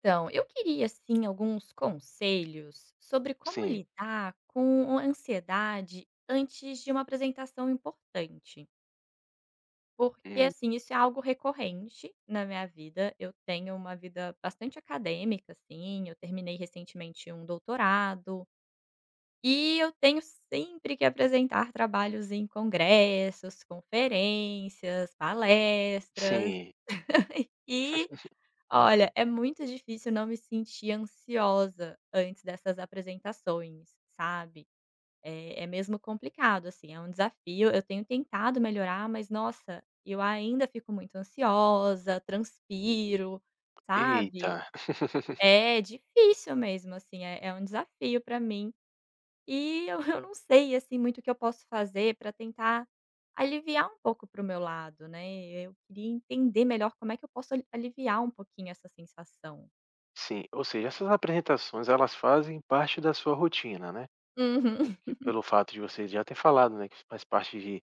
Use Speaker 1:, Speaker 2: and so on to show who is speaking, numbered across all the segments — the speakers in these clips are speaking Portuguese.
Speaker 1: Então, eu queria assim alguns conselhos sobre como
Speaker 2: Sim.
Speaker 1: lidar com a ansiedade antes de uma apresentação importante. Porque,
Speaker 2: Hum.
Speaker 1: assim, isso é algo recorrente na minha vida. Eu tenho uma vida bastante acadêmica, assim. Eu terminei recentemente um doutorado. E eu tenho sempre que apresentar trabalhos em congressos, conferências, palestras.
Speaker 2: Sim.
Speaker 1: Olha, é muito difícil não me sentir ansiosa antes dessas apresentações, sabe. É mesmo complicado, assim, é um desafio. Eu tenho tentado melhorar, mas nossa, eu ainda fico muito ansiosa, transpiro, sabe.
Speaker 2: Eita.
Speaker 1: É difícil mesmo, assim, é um desafio pra mim. E eu eu não sei, assim, muito o que eu posso fazer pra tentar aliviar um pouco para o meu lado, né. Eu queria entender melhor como é que eu posso aliviar um pouquinho essa sensação.
Speaker 2: Sim, ou seja, essas apresentações elas fazem parte da sua rotina, né,
Speaker 1: Uhum.
Speaker 2: porque pelo fato de você já ter falado, né, que faz parte de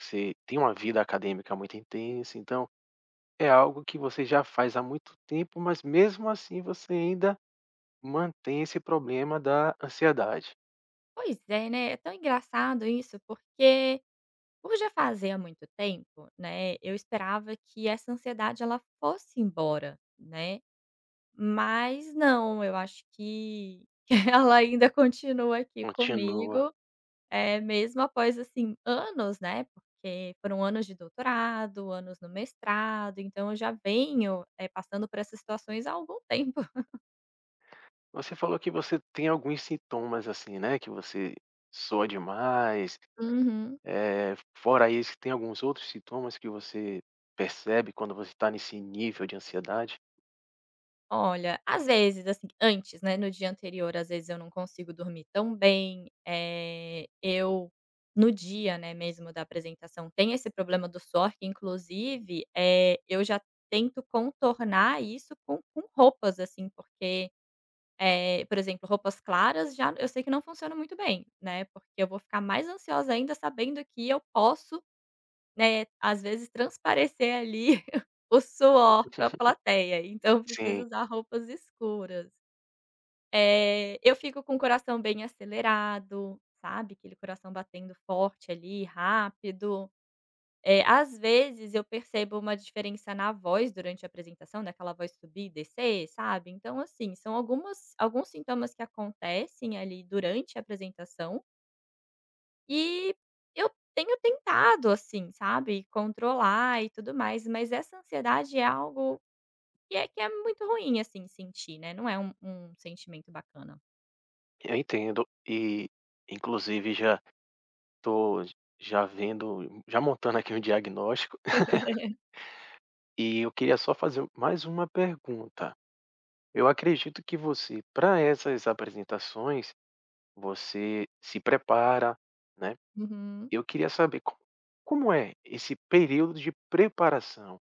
Speaker 2: você tem uma vida acadêmica muito intensa, então é algo que você já faz há muito tempo, mas mesmo assim você ainda mantém esse problema da ansiedade.
Speaker 1: Pois é, né, é tão engraçado isso, porque por já fazer há muito tempo, né, eu esperava que essa ansiedade ela fosse embora, né, mas não, eu acho que que ela ainda continua aqui
Speaker 2: Continua.
Speaker 1: comigo, é mesmo após, assim, anos, né, porque foram anos de doutorado, anos no mestrado, então eu já venho, passando por essas situações há algum tempo.
Speaker 2: Você falou que você tem alguns sintomas, assim, né, que você sua demais.
Speaker 1: Uhum.
Speaker 2: Fora isso, tem alguns outros sintomas que você percebe quando você está nesse nível de ansiedade?
Speaker 1: Olha, às vezes, assim, antes, né, no dia anterior, às vezes eu não consigo dormir tão bem, eu no dia, né, mesmo da apresentação, tem esse problema do suor que inclusive, eu já tento contornar isso com roupas, assim, porque, por exemplo, roupas claras já eu sei que não funciona muito bem, né, porque eu vou ficar mais ansiosa ainda sabendo que eu posso né, às vezes transparecer ali o suor para a plateia, então
Speaker 2: Sim,
Speaker 1: preciso usar roupas escuras. É, eu fico com o coração bem acelerado, sabe, aquele coração batendo forte ali, rápido. É, às vezes eu percebo uma diferença na voz durante a apresentação, daquela voz subir e descer, sabe. Então assim, são algumas alguns sintomas que acontecem ali durante a apresentação, e eu tenho tentado, assim, sabe, controlar e tudo mais, mas essa ansiedade é algo que é muito ruim, assim, sentir, né, não é um sentimento bacana.
Speaker 2: eu entendo. E, inclusive, já estou já vendo já montando aqui um diagnóstico. E eu queria só fazer mais uma pergunta. Eu acredito que você, para essas apresentações, você se prepara, né.
Speaker 1: Uhum.
Speaker 2: Eu queria saber como como é esse período de preparação?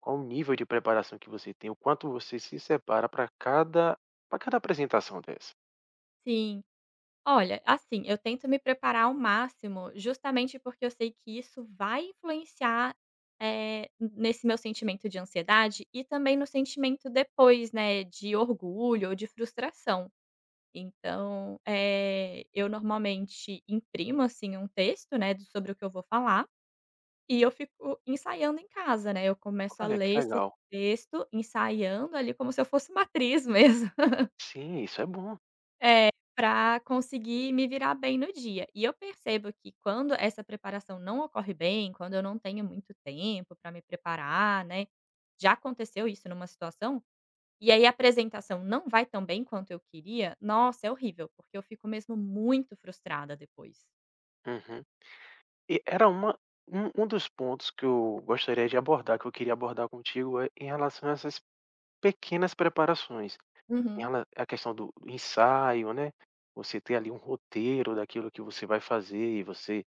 Speaker 2: Qual o nível de preparação que você tem, o quanto você se separa para cada apresentação dessa.
Speaker 1: Sim. Olha, assim, eu tento me preparar ao máximo, justamente porque eu sei que isso vai influenciar, nesse meu sentimento de ansiedade e também no sentimento depois, né, de orgulho ou de frustração. Então, eu normalmente imprimo, assim, um texto, né, de sobre o que eu vou falar, e eu fico ensaiando em casa, né, eu começo a
Speaker 2: Olha,
Speaker 1: ler
Speaker 2: que
Speaker 1: esse
Speaker 2: legal.
Speaker 1: texto ensaiando ali como se eu fosse uma atriz mesmo,
Speaker 2: Sim, isso é bom.
Speaker 1: para conseguir me virar bem no dia. E eu percebo que quando essa preparação não ocorre bem, quando eu não tenho muito tempo para me preparar, né, já aconteceu isso numa situação. E aí a apresentação não vai tão bem quanto eu queria, nossa, é horrível, porque eu fico mesmo muito frustrada depois.
Speaker 2: Uhum. E era uma um dos pontos que eu gostaria de abordar, que eu queria abordar contigo, é em relação a essas pequenas preparações, em
Speaker 1: Uhum,
Speaker 2: rela a questão do ensaio, né, você ter ali um roteiro daquilo que você vai fazer e você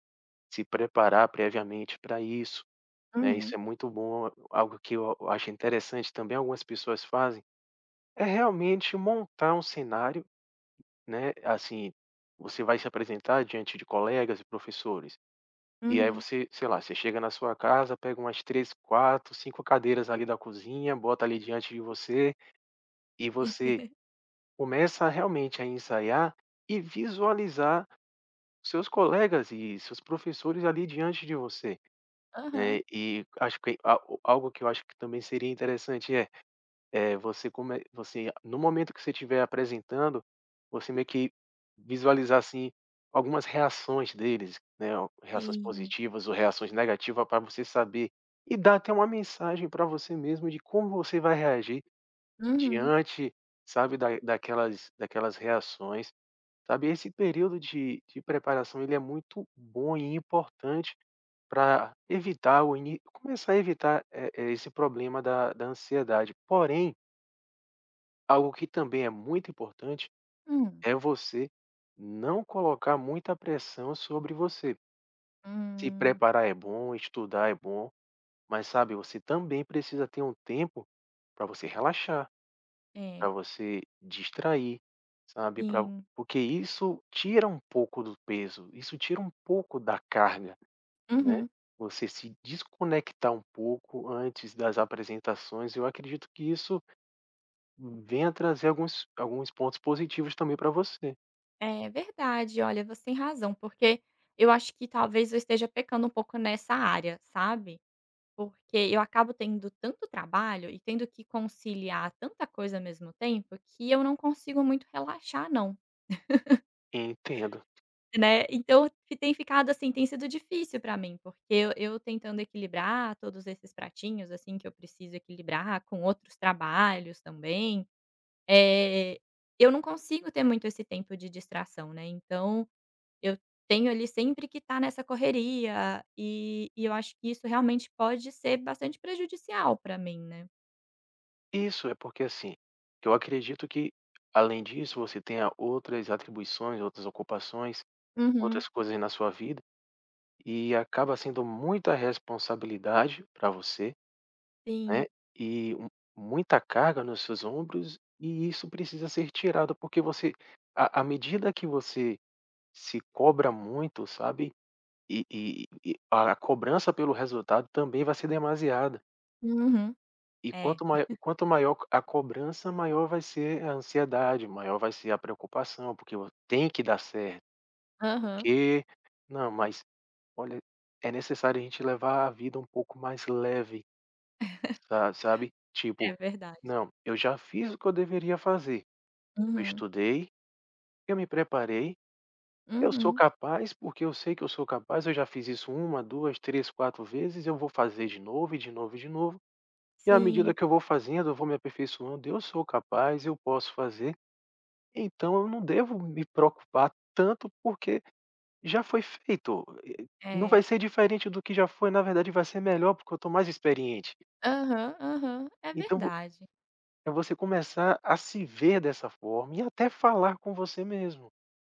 Speaker 2: se preparar previamente para isso, né, isso
Speaker 1: uhum,
Speaker 2: é muito bom, algo que eu acho interessante também algumas pessoas fazem. É realmente montar um cenário, né, assim, você vai se apresentar diante de colegas e professores, e aí
Speaker 1: uhum.
Speaker 2: você, sei lá, você chega na sua casa, pega umas 3, 4, 5 cadeiras ali da cozinha, bota ali diante de você, e você começa realmente a ensaiar e visualizar seus colegas e seus professores ali diante de você, né.
Speaker 1: Aham.
Speaker 2: E acho que a algo que eu acho que também seria interessante é, é, você come você no momento que você estiver apresentando, você meio que visualizar, assim, algumas reações deles, né. Ou reações
Speaker 1: Sim.
Speaker 2: positivas ou reações negativas, para você saber e dar até uma mensagem para você mesmo de como você vai reagir
Speaker 1: Uhum.
Speaker 2: diante, sabe, da daquelas daquelas reações, sabe. Esse período de preparação, ele é muito bom e importante para evitar o ini começar a evitar, esse problema da ansiedade. Porém, algo que também é muito importante
Speaker 1: Hum.
Speaker 2: é você não colocar muita pressão sobre você. Se
Speaker 1: Hum.
Speaker 2: preparar é bom, estudar é bom, mas sabe, você também precisa ter um tempo para você relaxar,
Speaker 1: É.
Speaker 2: para você distrair, sabe?
Speaker 1: Sim.
Speaker 2: Porque isso tira um pouco do peso, isso tira um pouco da carga, né?
Speaker 1: Uhum.
Speaker 2: Você se desconectar um pouco antes das apresentações, eu acredito que isso venha trazer alguns, alguns pontos positivos também para você.
Speaker 1: É verdade, olha, você tem razão, porque eu acho que talvez eu esteja pecando um pouco nessa área, sabe, porque eu acabo tendo tanto trabalho e tendo que conciliar tanta coisa ao mesmo tempo, que eu não consigo muito relaxar não.
Speaker 2: Entendo.
Speaker 1: Né, então fi tem ficado assim, tem sido difícil pra mim, porque eu tentando equilibrar todos esses pratinhos, assim, que eu preciso equilibrar com outros trabalhos também, eh, eu não consigo ter muito esse tempo de distração, né, então eu tenho ali sempre que estar nessa correria, e eu acho que isso realmente pode ser bastante prejudicial pra mim, né.
Speaker 2: Isso é porque, assim, eu acredito que, além disso, você tenha outras atribuições, outras ocupações,
Speaker 1: Uhum,
Speaker 2: outras coisas na sua vida, e acaba sendo muita responsabilidade para você,
Speaker 1: sim.
Speaker 2: né? E um- Muita carga nos seus ombros, e isso precisa ser tirado, porque você, à medida que você se cobra muito, sabe? E, e a cobrança pelo resultado também vai ser demasiada.
Speaker 1: Uhum.
Speaker 2: E
Speaker 1: É.
Speaker 2: quanto maior a cobrança, maior vai ser a ansiedade, maior vai ser a preocupação, porque vo tem que dar certo,
Speaker 1: Aham.
Speaker 2: porque não, mas olha, é necessário a gente levar a vida um pouco mais leve, sa sabe?
Speaker 1: É
Speaker 2: Tipo,
Speaker 1: verdade.
Speaker 2: não, eu já fiz o que eu deveria fazer, eu
Speaker 1: Uhum.
Speaker 2: estudei, eu me preparei, eu sou
Speaker 1: Uhum.
Speaker 2: capaz, porque eu sei que eu sou capaz, eu já fiz isso uma, 2, 3, 4 vezes, eu vou fazer de novo e de novo e de novo. E à medida
Speaker 1: Sim.
Speaker 2: que eu vou fazendo, eu vou me aperfeiçoando, eu sou capaz, eu posso fazer, então eu não devo me preocupar tanto porque já foi feito. Não
Speaker 1: É.
Speaker 2: vai ser diferente do que já foi, na verdade vai ser melhor porque eu estou mais experiente.
Speaker 1: Aham, aham. É
Speaker 2: Então vo
Speaker 1: verdade.
Speaker 2: é você começar a se ver dessa forma e até falar com você mesmo,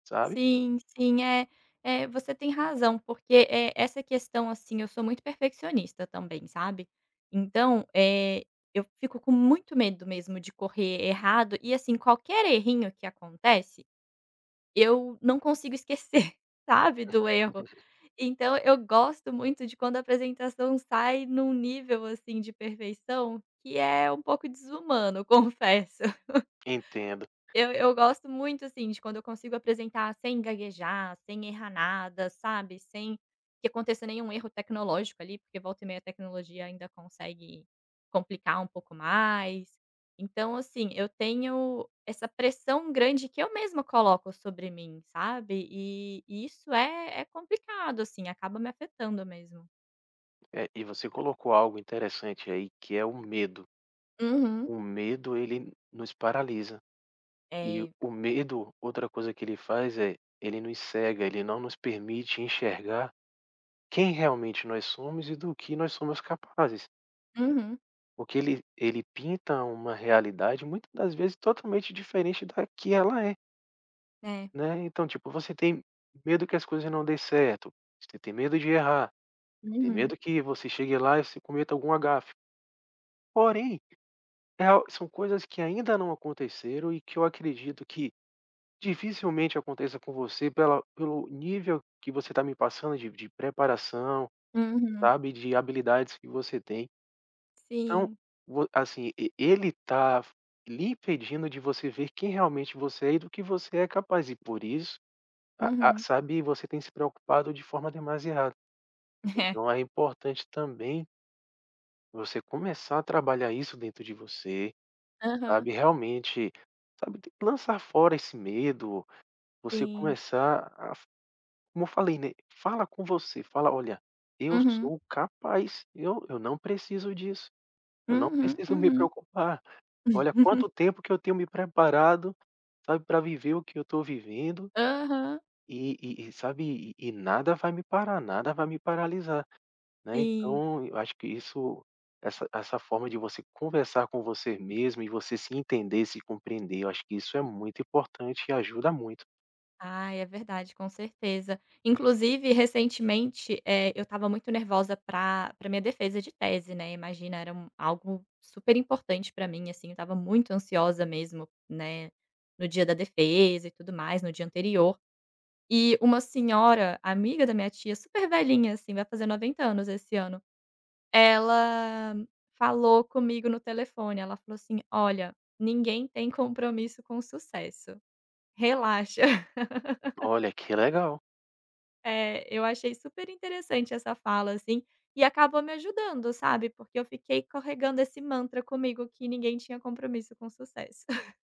Speaker 2: sabe.
Speaker 1: Sim, sim, é, você tem razão, porque, é essa questão, assim, eu sou muito perfeccionista também, sabe. Então, eu fico com muito medo mesmo de correr errado e, assim, qualquer errinho que acontece, eu não consigo esquecer, sabe, do erro. Então eu gosto muito de quando a apresentação sai num nível, assim, de perfeição que é um pouco desumano, confesso.
Speaker 2: Entendo.
Speaker 1: Eu gosto muito, assim, de quando eu consigo apresentar sem gaguejar, sem errar nada, sabe, sem que aconteça nenhum erro tecnológico ali, porque volta e meia a tecnologia ainda consegue complicar um pouco mais. Então, assim, eu tenho essa pressão grande que eu mesma coloco sobre mim, sabe, e isso é complicado, assim, acaba me afetando mesmo.
Speaker 2: E você colocou algo interessante aí que é o medo.
Speaker 1: Uhum.
Speaker 2: O medo ele nos paralisa. E
Speaker 1: É.
Speaker 2: o medo, outra coisa que ele faz é, ele nos cega, ele não nos permite enxergar quem realmente nós somos e do que nós somos capazes.
Speaker 1: Uhum.
Speaker 2: Porque ele pinta uma realidade muitas das vezes totalmente diferente da que ela é,
Speaker 1: É.
Speaker 2: né? Então, tipo, você tem medo que as coisas não dê certo, você tem medo de errar, tem
Speaker 1: Uhum.
Speaker 2: medo que você chegue lá e você cometa algum agafe. Porém, é al- são coisas que ainda não aconteceram e que eu acredito que dificilmente aconteça com você pela pelo nível que você está me passando de preparação,
Speaker 1: Uhum.
Speaker 2: sabe, de habilidades que você tem. Então,
Speaker 1: Sim.
Speaker 2: vo assim, e ele está lhe impedindo de você ver quem realmente você é e do que você é capaz e por isso, a
Speaker 1: Uhum.
Speaker 2: sabe, você tem se preocupado de forma demasiada.
Speaker 1: É.
Speaker 2: Então é importante também você começar a trabalhar isso dentro de você,
Speaker 1: Aham.
Speaker 2: sabe, realmente, sabe, lançar fora esse medo, você
Speaker 1: Sim.
Speaker 2: começar a, como eu falei, né, fala com você, fala: "Olha, eu
Speaker 1: Uhum,
Speaker 2: sou capaz, eu não preciso disso, eu não
Speaker 1: uhum,
Speaker 2: preciso me
Speaker 1: uhum.
Speaker 2: preocupar. Olha quanto tempo que eu tenho me preparado, sabe, para viver o que eu estou vivendo
Speaker 1: Aham,
Speaker 2: e sabe, e nada vai me parar, nada vai me paralisar", né,
Speaker 1: sim.
Speaker 2: então eu acho que isso essa essa forma de você conversar com você mesmo e você se entender, se compreender, eu acho que isso é muito importante e ajuda muito.
Speaker 1: Ai, é verdade, com certeza. Inclusive, recentemente, eu estava muito nervosa pra minha defesa de tese, né, imagina, era um algo super importante para mim, assim, eu estava muito ansiosa mesmo, né, no dia da defesa e tudo mais, no dia anterior. E uma senhora, amiga da minha tia, super velhinha, assim, vai fazer 90 anos esse ano. Ela falou comigo no telefone, ela falou assim: "Olha, ninguém tem compromisso com sucesso, relaxa".
Speaker 2: Olha, que legal.
Speaker 1: Eu achei super interessante essa fala, assim, e acabou me ajudando, sabe, porque eu fiquei carregando esse mantra comigo que ninguém tinha compromisso com sucesso.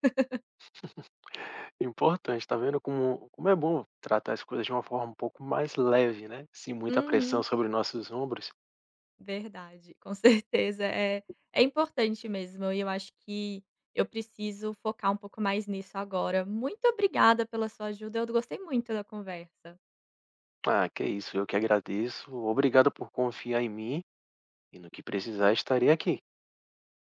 Speaker 2: Importante, tá vendo como como é bom tratar as coisas de uma forma um pouco mais leve, né, sem muita pressão
Speaker 1: Uhum,
Speaker 2: sobre nossos ombros.
Speaker 1: verdade, com certeza, é importante mesmo e eu acho que eu preciso focar um pouco mais nisso agora. Muito obrigada pela sua ajuda, eu gostei muito da conversa.
Speaker 2: Ah, que isso, eu que agradeço, obrigado por confiar em mim e no que precisar estarei aqui.